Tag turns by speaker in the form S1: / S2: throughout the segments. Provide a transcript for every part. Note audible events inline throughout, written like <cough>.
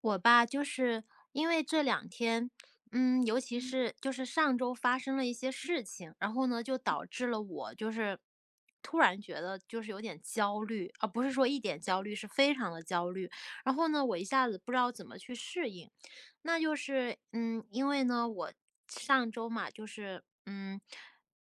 S1: 我吧，就是因为这两天，尤其是就是上周发生了一些事情，然后呢，就导致了我就是突然觉得就是有点焦虑，啊，不是说一点焦虑，是非常的焦虑。然后呢，我一下子不知道怎么去适应，那就是因为呢，我上周嘛，就是。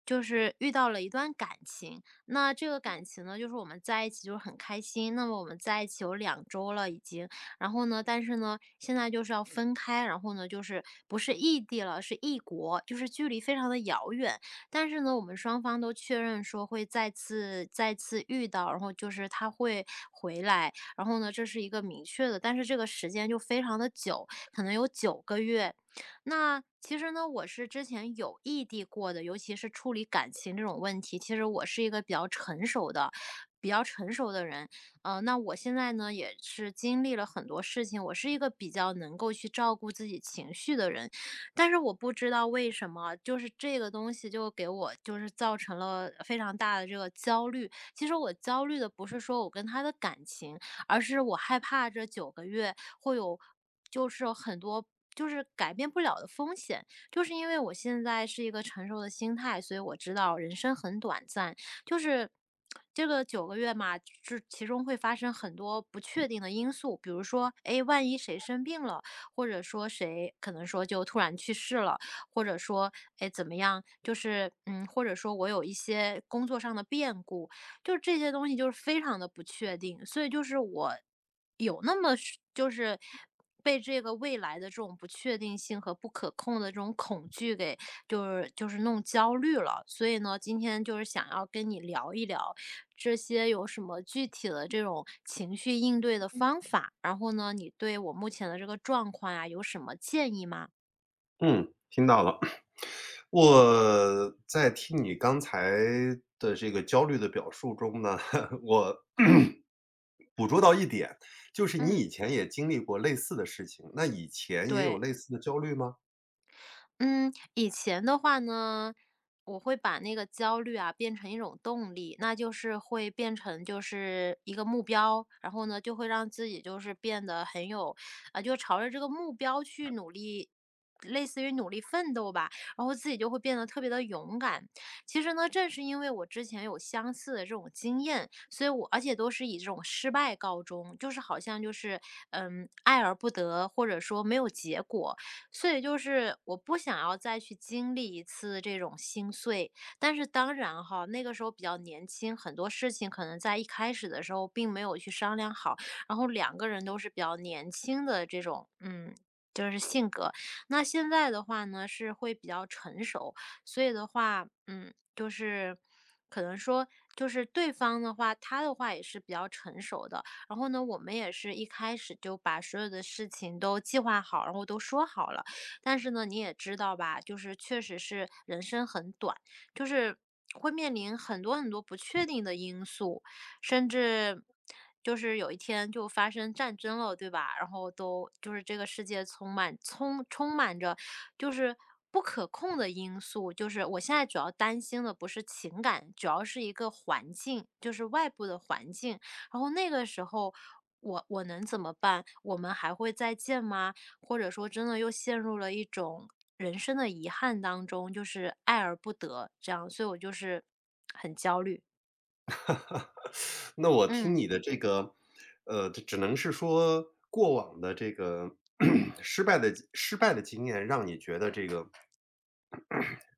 S1: 就是遇到了一段感情，那这个感情呢，就是我们在一起就是很开心。那么我们在一起有2周了已经，然后呢，但是呢，现在就是要分开，然后呢，就是不是异地了，是异国，就是距离非常的遥远。但是呢，我们双方都确认说会再次遇到，然后就是他会回来，然后呢，这是一个明确的，但是这个时间就非常的久，可能有九个月。那其实呢，我是之前有异地过的，尤其是处理感情这种问题，其实我是一个比较成熟的人。那我现在呢，也是经历了很多事情，我是一个比较能够去照顾自己情绪的人，但是我不知道为什么，就是这个东西就给我就是造成了非常大的这个焦虑。其实我焦虑的不是说我跟他的感情，而是我害怕这九个月会有，就是有很多。就是改变不了的风险，就是因为我现在是一个成熟的心态，所以我知道人生很短暂，就是这个九个月嘛，这其中会发生很多不确定的因素，比如说，哎，万一谁生病了，或者说谁可能说就突然去世了，或者说，哎，怎么样，就是或者说我有一些工作上的变故，就是这些东西就是非常的不确定，所以就是我有那么是就是被这个未来的这种不确定性和不可控的这种恐惧给就是弄焦虑了，所以呢，今天就是想要跟你聊一聊，这些有什么具体的这种情绪应对的方法？然后呢，你对我目前的这个状况呀，有什么建议吗？
S2: 嗯，听到了。<clears throat> 我在听你刚才的这个焦虑的表述中呢，<laughs> 我 <clears throat> 捕捉到一点，就是你
S1: 嗯，
S2: 以前也经历过类似的事情，那以前也有
S1: 对。
S2: 类似的焦虑吗？
S1: 嗯，以前的话呢，我会把那个焦虑啊变成一种动力，那就是会变成就是一个目标，然后呢就会让自己就是变得很有，啊、就朝着这个目标去努力，类似于努力奋斗吧，然后自己就会变得特别的勇敢。其实呢，正是因为我之前有相似的这种经验，所以我而且都是以这种失败告终，就是好像就是爱而不得，或者说没有结果，所以就是我不想要再去经历一次这种心碎，但是当然哈，那个时候比较年轻，很多事情可能在一开始的时候并没有去商量好，然后两个人都是比较年轻的这种，就是性格。那现在的话呢，是会比较成熟，所以的话，就是可能说，就是对方的话，他的话也是比较成熟的。然后呢，我们也是一开始就把所有的事情都计划好，然后都说好了。但是呢，你也知道吧，就是确实是人生很短，就是会面临很多很多不确定的因素，甚至就是有一天就发生战争了，对吧？然后都就是这个世界充满着就是不可控的因素，就是我现在主要担心的不是情感，主要是一个环境，就是外部的环境。然后那个时候。我能怎么办？我们还会再见吗？或者说真的又陷入了一种人生的遗憾当中，就是爱而不得这样，所以我就是很焦虑。
S2: <laughs> 那我听
S1: 嗯，
S2: 你的这个，这只能是说过往的这个 <clears throat> 失败的经验，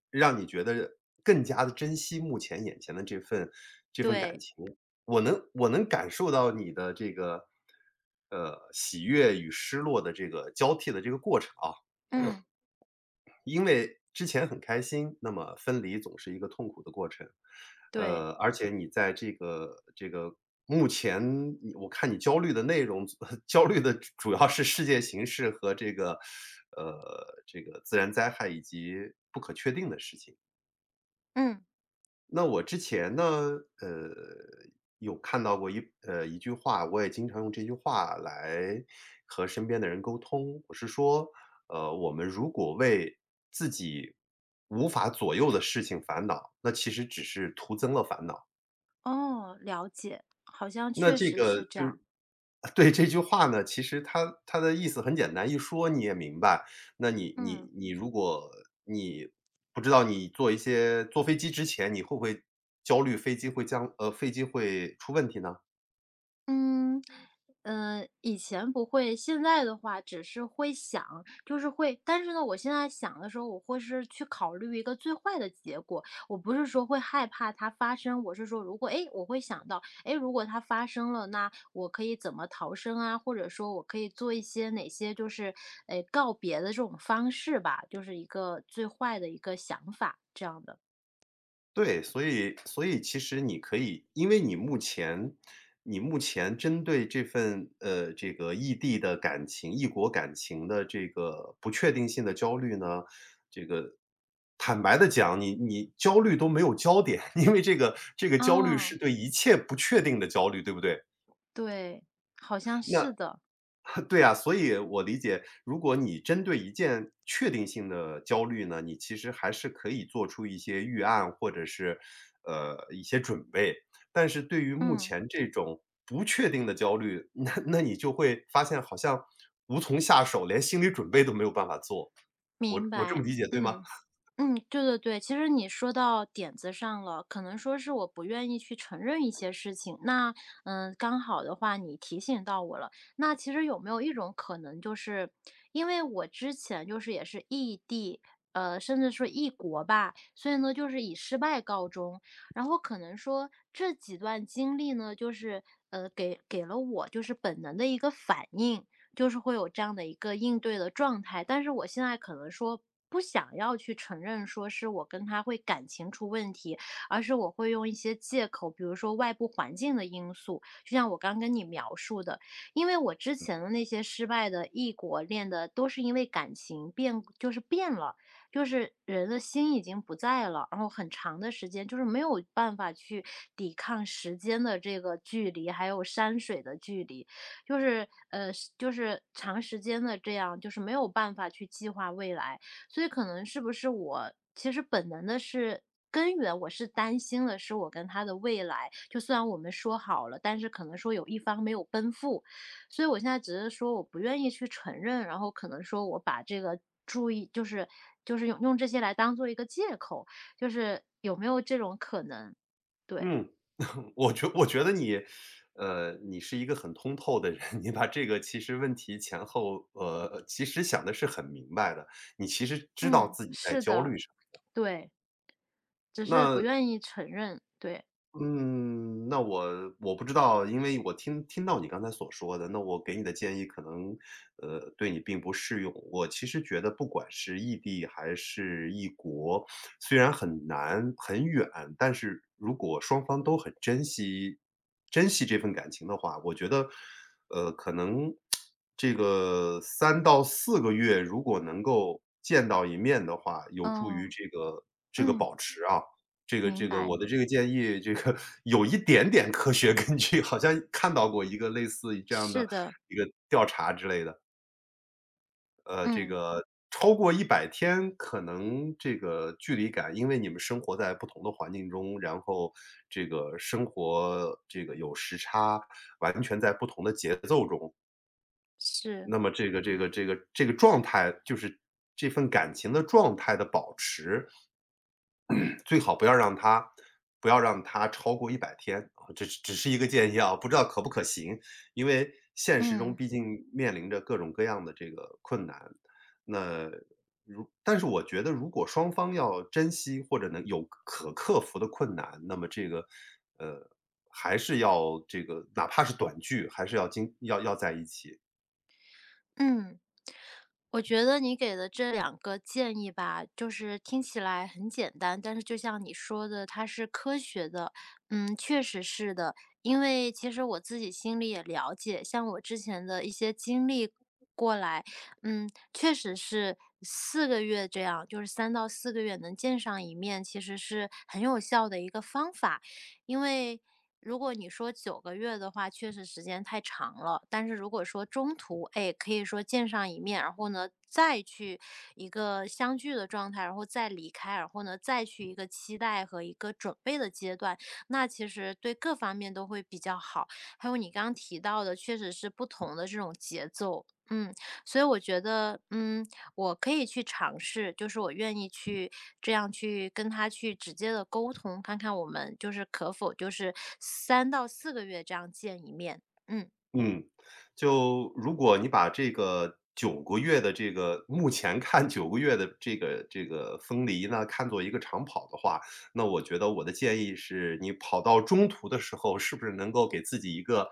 S2: 让你觉得更加的珍惜目前眼前的这份感
S1: 对，
S2: 情。我能感受到你的这个，喜悦与失落的这个交替的这个过程啊。
S1: 嗯
S2: 因为之前很开心，那么分离总是一个痛苦的过程。
S1: 对，
S2: 而且你在这个目前你我看你焦虑的内容 <laughs> 焦虑的主要是世界形势和这个，这个自然灾害以及不可确定的事情。
S1: 嗯，
S2: 那我之前呢，呃，有看到过一句话，我也经常用这句话来和身边的人沟通。我是说，我们如果为自己无法左右的事情烦恼，那其实只是徒增了烦恼。
S1: 哦，了解，好像
S2: 那
S1: 确
S2: 这
S1: 实
S2: 个
S1: 是这
S2: 就
S1: 样。
S2: 是对，这句话呢，其实它的意思很简单，一说你也明白。那你
S1: 嗯。
S2: 你你如果你不知道你坐一些坐飞机之前，你会不会焦虑飞机会出问题呢？
S1: 嗯，以前不会，现在的话只是会想，就是会，但是呢，我现在想的时候，我会是去考虑一个最坏的结果，我不是说会害怕它发生，我是说如果，诶，我会想到，诶，如果它发生了，那我可以怎么逃生啊？或者说我可以做一些哪些就是，诶，告别的这种方式吧，就是一个最坏的一个想法这样的。
S2: 对，所以其实你可以因为你目前针对这份，这个异地的感情异国感情的这个不确定性的焦虑呢坦白的讲，你焦虑都没有焦点，<laughs> 因为这个焦虑
S1: 啊，
S2: 是对一切不确定的焦虑，对不对？
S1: 对，好像是的，
S2: <laughs> 对啊，所以我理解，如果你针对一件确定性的焦虑呢，你其实还是可以做出一些预案或者是，一些准备。但是对于目
S1: 嗯。
S2: 前这种不确定的焦虑，<laughs> 那你就会发现好像无从下手，连心理准备都没有办法做。我
S1: 明
S2: 我这
S1: 白，
S2: 么理解对吗？
S1: 嗯，嗯，对对对，其实你说到点子上了，可能说是我不愿意去承认一些事情，那刚好的话你提醒到我了，那其实有没有一种可能，就是因为我之前就是也是异地，甚至说异国吧，所以呢就是以失败告终，然后可能说这几段经历呢，就是给了我就是本能的一个反应。就是会有这样的一个应对的状态。但是我现在可能说不想要去承认，说是我跟他会感情出问题，而是我会用一些借口，比如说外部环境的因素，就像我刚跟你描述的，因为我之前的那些失败的异国恋的，都是因为感情变，就是变了，就是人的心已经不在了，然后很长的时间就是没有办法去抵抗时间的这个距离，还有山水的距离，就是，是就是长时间的这样，就是没有办法去计划未来。所以可能是不是我其实本能的是根源，我是担心的是我跟他的未来，就虽然我们说好了，但是可能说有一方没有奔赴。所以我现在只是说我不愿意去承认，然后可能说我把这个注意就是用这些来当做一个借口，就是有没有这种可能？对，
S2: 嗯，<laughs> 我觉得你，你是一个很通透的人，<laughs> 你把这个其实问题前后，其实想的是很明白的，你其实知道
S1: 嗯，
S2: 自己在
S1: 是
S2: 焦
S1: 的，
S2: 虑什么。
S1: 对。只是不
S2: 那
S1: 愿意承认，对，
S2: 嗯，那我不知道，因为我听听到你刚才所说的，那我给你的建议可能，对你并不适用。我其实觉得不管是异地还是异国，虽然很难很远，但是如果双方都很珍惜这份感情的话，我觉得，可能这个三到四个月如果能够见到一面的话，有助于
S1: 嗯，
S2: 这个
S1: 嗯，
S2: 保持啊。这个
S1: 明
S2: 这个
S1: 白，
S2: 我的这个建议，这个有一点点科学根据，好像看到过一个类似于这样
S1: 是
S2: 的
S1: 的，
S2: 一个调查之类的。这
S1: 嗯，
S2: 个超过一百天，可能这个距离感，因为你们生活在不同的环境中，然后这个生活这个有时差，完全在不同的节奏中，
S1: 是，
S2: 那么这个状态，就是这份感情的状态的保持，最好不要让它超过一百天啊，这只是一个建议啊，不知道可不可行。因为现实中
S1: 嗯。
S2: 毕竟面临着各种各样的这个困难，那但是我觉得如果双方要珍惜或者能有可克服的困难，那么这个，呃，还是要这个哪怕是短剧，还是要经要要在一起。
S1: 嗯，我觉得你给的这两个建议吧，就是听起来很简单，但是就像你说的，它是科学的，确实是的。因为其实我自己心里也了解，像我之前的一些经历过来，确实是四个月这样，就是三到四个月能见上一面，其实是很有效的一个方法。因为如果你说九个月的话，确实时间太长了，但是如果说中途，哎，可以说见上一面，然后呢，再去一个相聚的状态，然后再离开，然后呢，再去一个期待和一个准备的阶段，那其实对各方面都会比较好。还有你刚刚提到的，确实是不同的这种节奏，所以我觉得。我可以去尝试，就是我愿意去这样去跟他去直接的沟通，看看我们就是可否就是三到四个月这样见一面。嗯
S2: 嗯，就如果你把这个九个月的这个目前看九个月的这个分离呢，看作一个长跑的话，那我觉得我的建议是你跑到中途的时候，是不是能够给自己一个，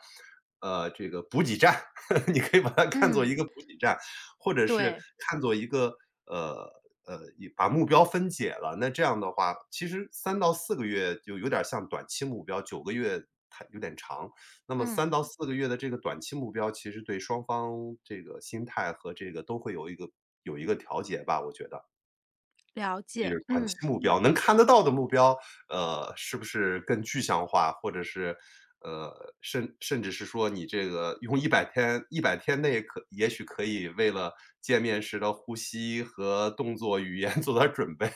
S2: 这个补给站，<laughs> 你可以把它看作
S1: 嗯，
S2: 一个补给站，或者是
S1: 对，
S2: 看作一个，呃，一把目标分解了。那这样的话，其实三到四个月就有点像短期目标九个月它有点长。那么
S1: 嗯，
S2: 三到四个月的这个短期目标，其实对双方这个心态和这个都会有一个调节吧，我觉得。
S1: 了
S2: 也
S1: 解，
S2: 是短期
S1: 嗯。
S2: 目标，能看得到的目标，是不是更具象化，或者是，呃，甚至是说你这个用一百天内可也许可以为了见面时的呼吸和动作语言 <laughs> 做点儿准备。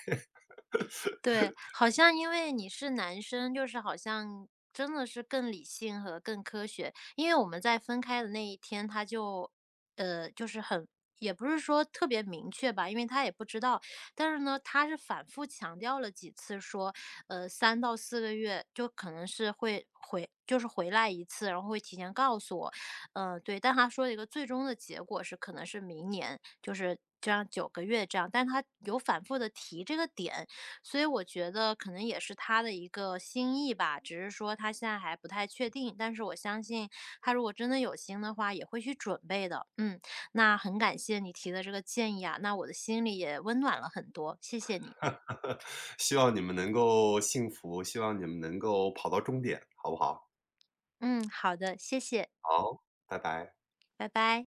S1: 对，好像因为你是男生，就是好像真的是更理性和更科学。因为我们在分开的那一天，他就，就是很，也不是说特别明确吧，因为他也不知道。但是呢，他是反复强调了几次说，三到四个月就可能是会回，就是回来一次，然后会提前告诉我。嗯、对。但他说的一个最终的结果是，可能是明年，就是。这样九个月这样，但他有反复的提这个点，所以我觉得可能也是他的一个心意吧，只是说他现在还不太确定，但是我相信他如果真的有心的话，也会去准备的。嗯，那很感谢你提的这个建议啊，那我的心里也温暖了很多，谢谢你。
S2: <laughs> 希望你们能够幸福，希望你们能够跑到终点，好不好？
S1: 嗯，好的，谢谢，
S2: 好，拜拜。
S1: 拜拜。